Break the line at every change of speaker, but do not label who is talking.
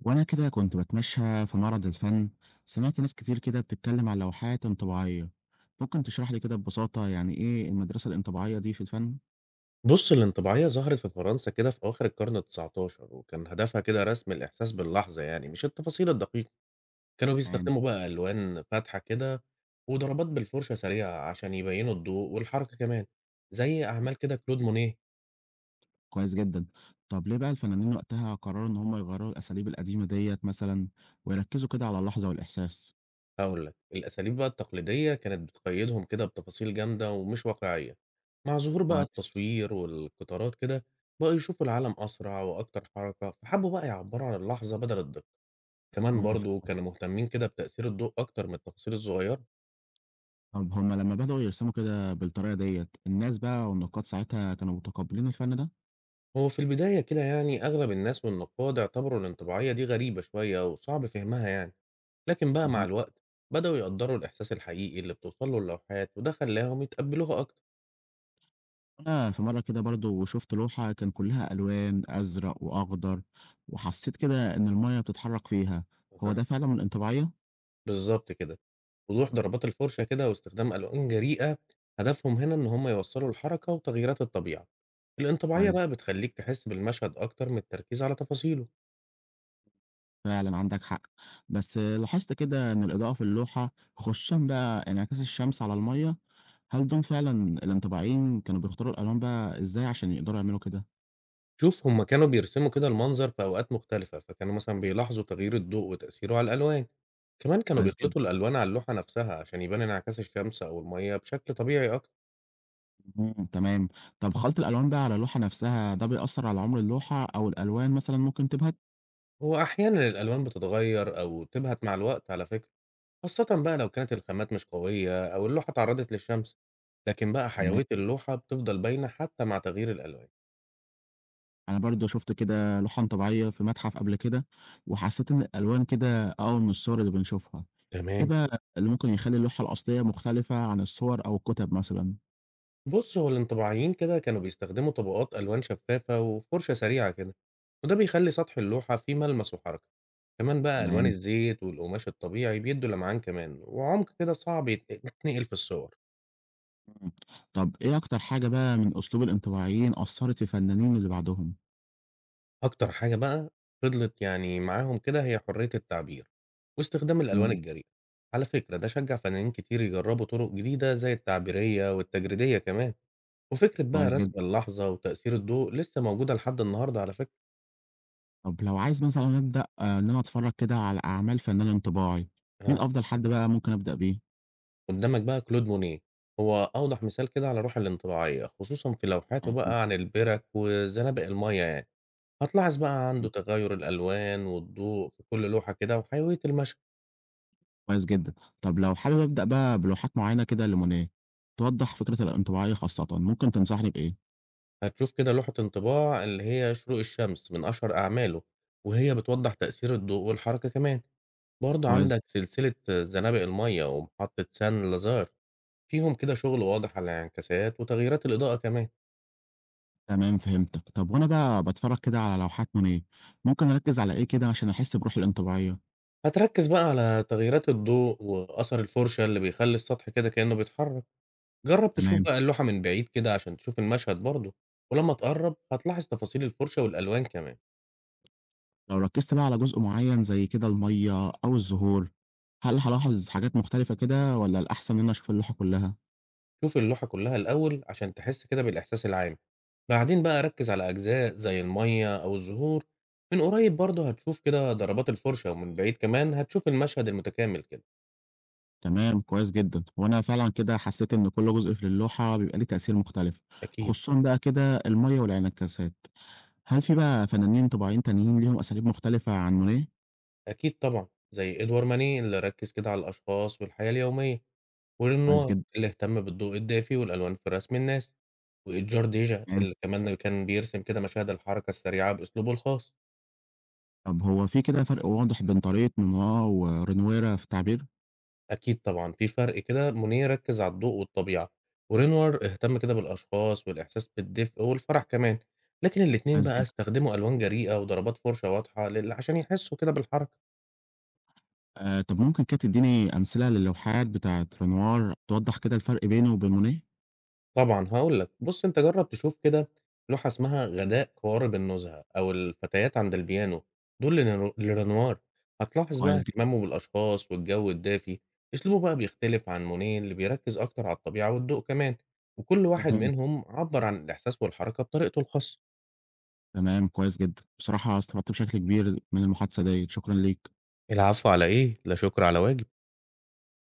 وأنا كده كنت بتمشى في معرض الفن، سمعت ناس كتير كده بتتكلم عن لوحات انطباعية. ممكن تشرح لي كده ببساطة يعني إيه المدرسة الانطباعية دي في الفن؟
بُص، الانطباعية ظهرت في فرنسا كده في أواخر القرن ال19، وكان هدفها كده رسم الإحساس باللحظة، يعني مش التفاصيل الدقيقة. كانوا
تمام،
بيستخدموا بقى ألوان فاتحة كده وضربات بالفرشة سريعة عشان يبيّنوا الضوء والحركة كمان، زي أعمال كده كلود مونيه.
كويس جدا. طب ليه بقى الفنانين وقتها قرروا إن هم يغيروا الأساليب القديمة ديت مثلا ويركزوا كده على اللحظة والإحساس؟
هاقول لك، الأساليب بقى التقليدية كانت بتقيدهم كده بتفاصيل جامدة ومش واقعية، مع ظهور بقى
كويس.
التصوير والقطارات كده بقوا يشوفوا العالم أسرع وأكتر حركة، فحبوا بقى يعبّروا عن اللحظة بدل الدقة. كمان
مم.
برضه كانوا مهتمين كده بتأثير الضوء أكتر من التفاصيل الصغيرة.
طب هم لما بدأوا يرسموا كده بالطريقة ديت الناس بقى والنقاد ساعتها كانوا متقبلين الفن
هو في البداية كده يعني أغلب الناس والنقاد اعتبروا الانطباعية دي غريبة شوية وصعب فهمها، يعني لكن بقى مع
ده؟
الوقت بدأوا يقدروا الإحساس الحقيقي اللي بتوصله اللوحات، وده خلاهم يتقبلوها أكتر.
أنا في مرة كده برضه شُفت لوحة كان كلّها ألوان أزرق وأخضر، وحسّيت كده إن المَيّة بتتحرّك فيها، هو
أها.
ده فعلًا من الانطباعية؟
بالظبط كده، وضوح ضربات الفرشة كده واستخدام ألوان جريئة، هدفهم هنا إن هم يوصلوا الحركة وتغييرات الطبيعة. الانطباعية
كويس،
بقى بتخليك تحس بالمشهد أكتر من التركيز على تفاصيله.
فعلًا عندك حق، بس لاحظت كده إن الإضاءة في اللوحة خصوصًا بقى انعكاس الشمس على المَيّة، هل دول فعلًا الانطباعيين كانوا بيختاروا الألوان بقى إزاي عشان يقدروا يعملوا كده؟
شوف، هما كانوا بيرسموا كده المنظر في أوقات مختلفة، فكانوا مثلا بيلاحظوا تغيير الضوء وتأثيره على الألوان. كمان كانوا
كويس
بيخلطوا
جدًا،
الألوان على اللوحة نفسها عشان يبان انعكاس الشمس أو المية بشكل طبيعي أكتر.
تمام. طَب خَلْط الألوان بقى على اللوحة نَفْسها ده بيأثّر على عُمر اللوحة أو الألوان مثلًا ممكن تبهت؟
هو أحيانا الألوان بتتغير أو تبهت مع الوقت، على فكرة، خاصة بقى لو كانت الخامات مش قوية أو اللوحة تعرضت للشمس، لكن بقى
تمام.
حيوية اللوحة بتفضل باينة حتى مع تغيير الألوان.
أنا برضه شُفت كده لوحًا طبيعية في متحف قبل كده، وحسّيت إن الألوان كده أقوى من الصور اللي بنشوفها. إيه
تمام.
بقى اللي ممكن يخلّي اللوحة الأصلية مختلفة عن الصور أو الكُتب مثلًا؟
بص، هو الانطباعيين كده كانوا بيستخدموا طبقات ألوان شفافة وفرشة سريعة كده، وده بيخلي سطح اللوحة فيه ملمس وحركة. كمان بقى ألوان
تمام.
الزيت والقماش الطبيعي بيدوا لمعان كمان وعمق كده صعب يتنقل في الصور.
طَب إيه أكتر حاجة بقى من أسلوب الانطباعيين أثّرت في الفنانين اللي بعدهم؟
أكتر حاجة بقى فضلت يعني معاهم كده هي حرية التعبير واستخدام الألوان
إمم،
الجريئة. على فكرة، ده شجع فنانين كتير يجربوا طرق جديدة زي التعبيرية والتجريدية كمان، وفكرة بقى
كويس جدًا.
رسم اللحظة وتأثير الضوء لسه موجودة لحد النهاردة، على فكرة.
طَب لو عايز مثلًا أبدأ إن أنا أتفرّج كده على أعمال فنان انطباعي، مين
آه.
أفضل حد بقى ممكن أبدأ بيه؟
قدامك بقى كلود مونيه، هو أوضح مثال كده على روح الانطباعية، خصوصا في لوحاته
تمام،
بقى عن البرك وزنابق المية، يعني هتلاحظ بقى عنده تغيُّر الألوان والضوء في كل لوحة كده وحيوية المشهد.
كويس جدًا. طب لو حابب أبدأ بقى بلوحات معيّنة كده لمونيه، توضّح فكرة الانطباعية خاصةً، ممكن تنصحني بإيه؟
هتشوف كده لوحة انطباع اللي هي شروق الشمس، من أشهر أعماله، وهي بتوضّح تأثير الضوء والحركة كمان. برضه
كويس،
عندك
جداً.
سلسلة زنابق المَيّة ومحطة سان لازار، فيهم كده شغل واضح على الانعكاسات وتغييرات الإضاءة كمان.
تمام فهمتك. طب وأنا بقى باتفرّج كده على لوحات مونيه، ممكن أركّز على إيه كده عشان أحس بروح الانطباعية؟
هتركّز بقى على تغييرات الضوء وأثر الفرشة اللي بيخلّي السطح كده كإنه بيتحرك. جرّب تشوف
تمام.
بقى اللوحة من بعيد كده عشان تشوف المشهد برضه، ولمّا تقرّب هتلاحظ تفاصيل الفرشة والألوان كمان.
لو ركّزت بقى على جزء معيّن زي كده المَيّة أو الزهور، هل هالاحظ حاجات مختلفة كده والّا الأحسن إن أنا أشوف اللوحة كلّها؟
شوف اللوحة كلها الأول عشان تحس كده بالإحساس العام، بعدين بقى ركز على أجزاء زي المية أو الزهور. من قريب برضه هتشوف كده ضربات الفرشة، ومن بعيد كمان هتشوف المشهد المتكامل كده.
تمام، كويس جدًا. هو أنا فعلًا كده حسّيت إن كل جزء في اللوحة بيبقى ليه تأثير مختلف،
أكيد.
خصوصًا بقى كده المَيّة والانعكاسات. هل في بقى فنانين طباعين تانيين ليهم أساليب مختلفة عن مونيه؟
أكيد طبعا، زي إدوار ماني اللي ركز كده على الأشخاص والحياة اليومية،
كويس
ورينوار
جدًا،
اللي اهتم بالضوء الدافي والألوان في رسم الناس، وإيجار ديجا
تمام.
اللي كمان كان بيرسم كده مشاهد الحركة السريعة بأسلوبه الخاص.
طب هو في كده فرق واضح بين طريقة مونيه ورنويرة في التعبير؟
أكيد طبعًا، في فرق كده، مونيه ركّز على الضوء والطبيعة، ورينوار اهتم كده بالأشخاص والإحساس بالدفء والفرح كمان، لكن الاتنين
كويس
بقى
جدًا.
استخدموا ألوان جريئة وضربات فُرشة واضحة لل عشان يحسّوا كده بالحركة.
طب ممكن كده تدّيني أمثلة للوحات بتاعة رنوار توضح كده الفرق بينه وبين مونيه؟
طبعًا، هاقول لك، بُص أنت جرّب تشوف كده لوحة اسمها غداء قوارب النُزهة أو الفتيات عند البيانو، دول لنر لرنوار، هتلاحظ بقى
كويس جدًا.
اهتمامه بالأشخاص والجو الدافي. أسلوبه بقى بيختلف عن مونيه اللي بيركّز أكتر على الطبيعة والضوء كمان، وكل واحد
اهم.
منهم عبّر عن الإحساس والحركة بطريقته الخاصة.
تمام، كويس جدًا. بصراحة استفدت بشكل كبير من المحادثة ديّة، شكرًا ليك.
العفو، على إيه، لا شكر على واجب.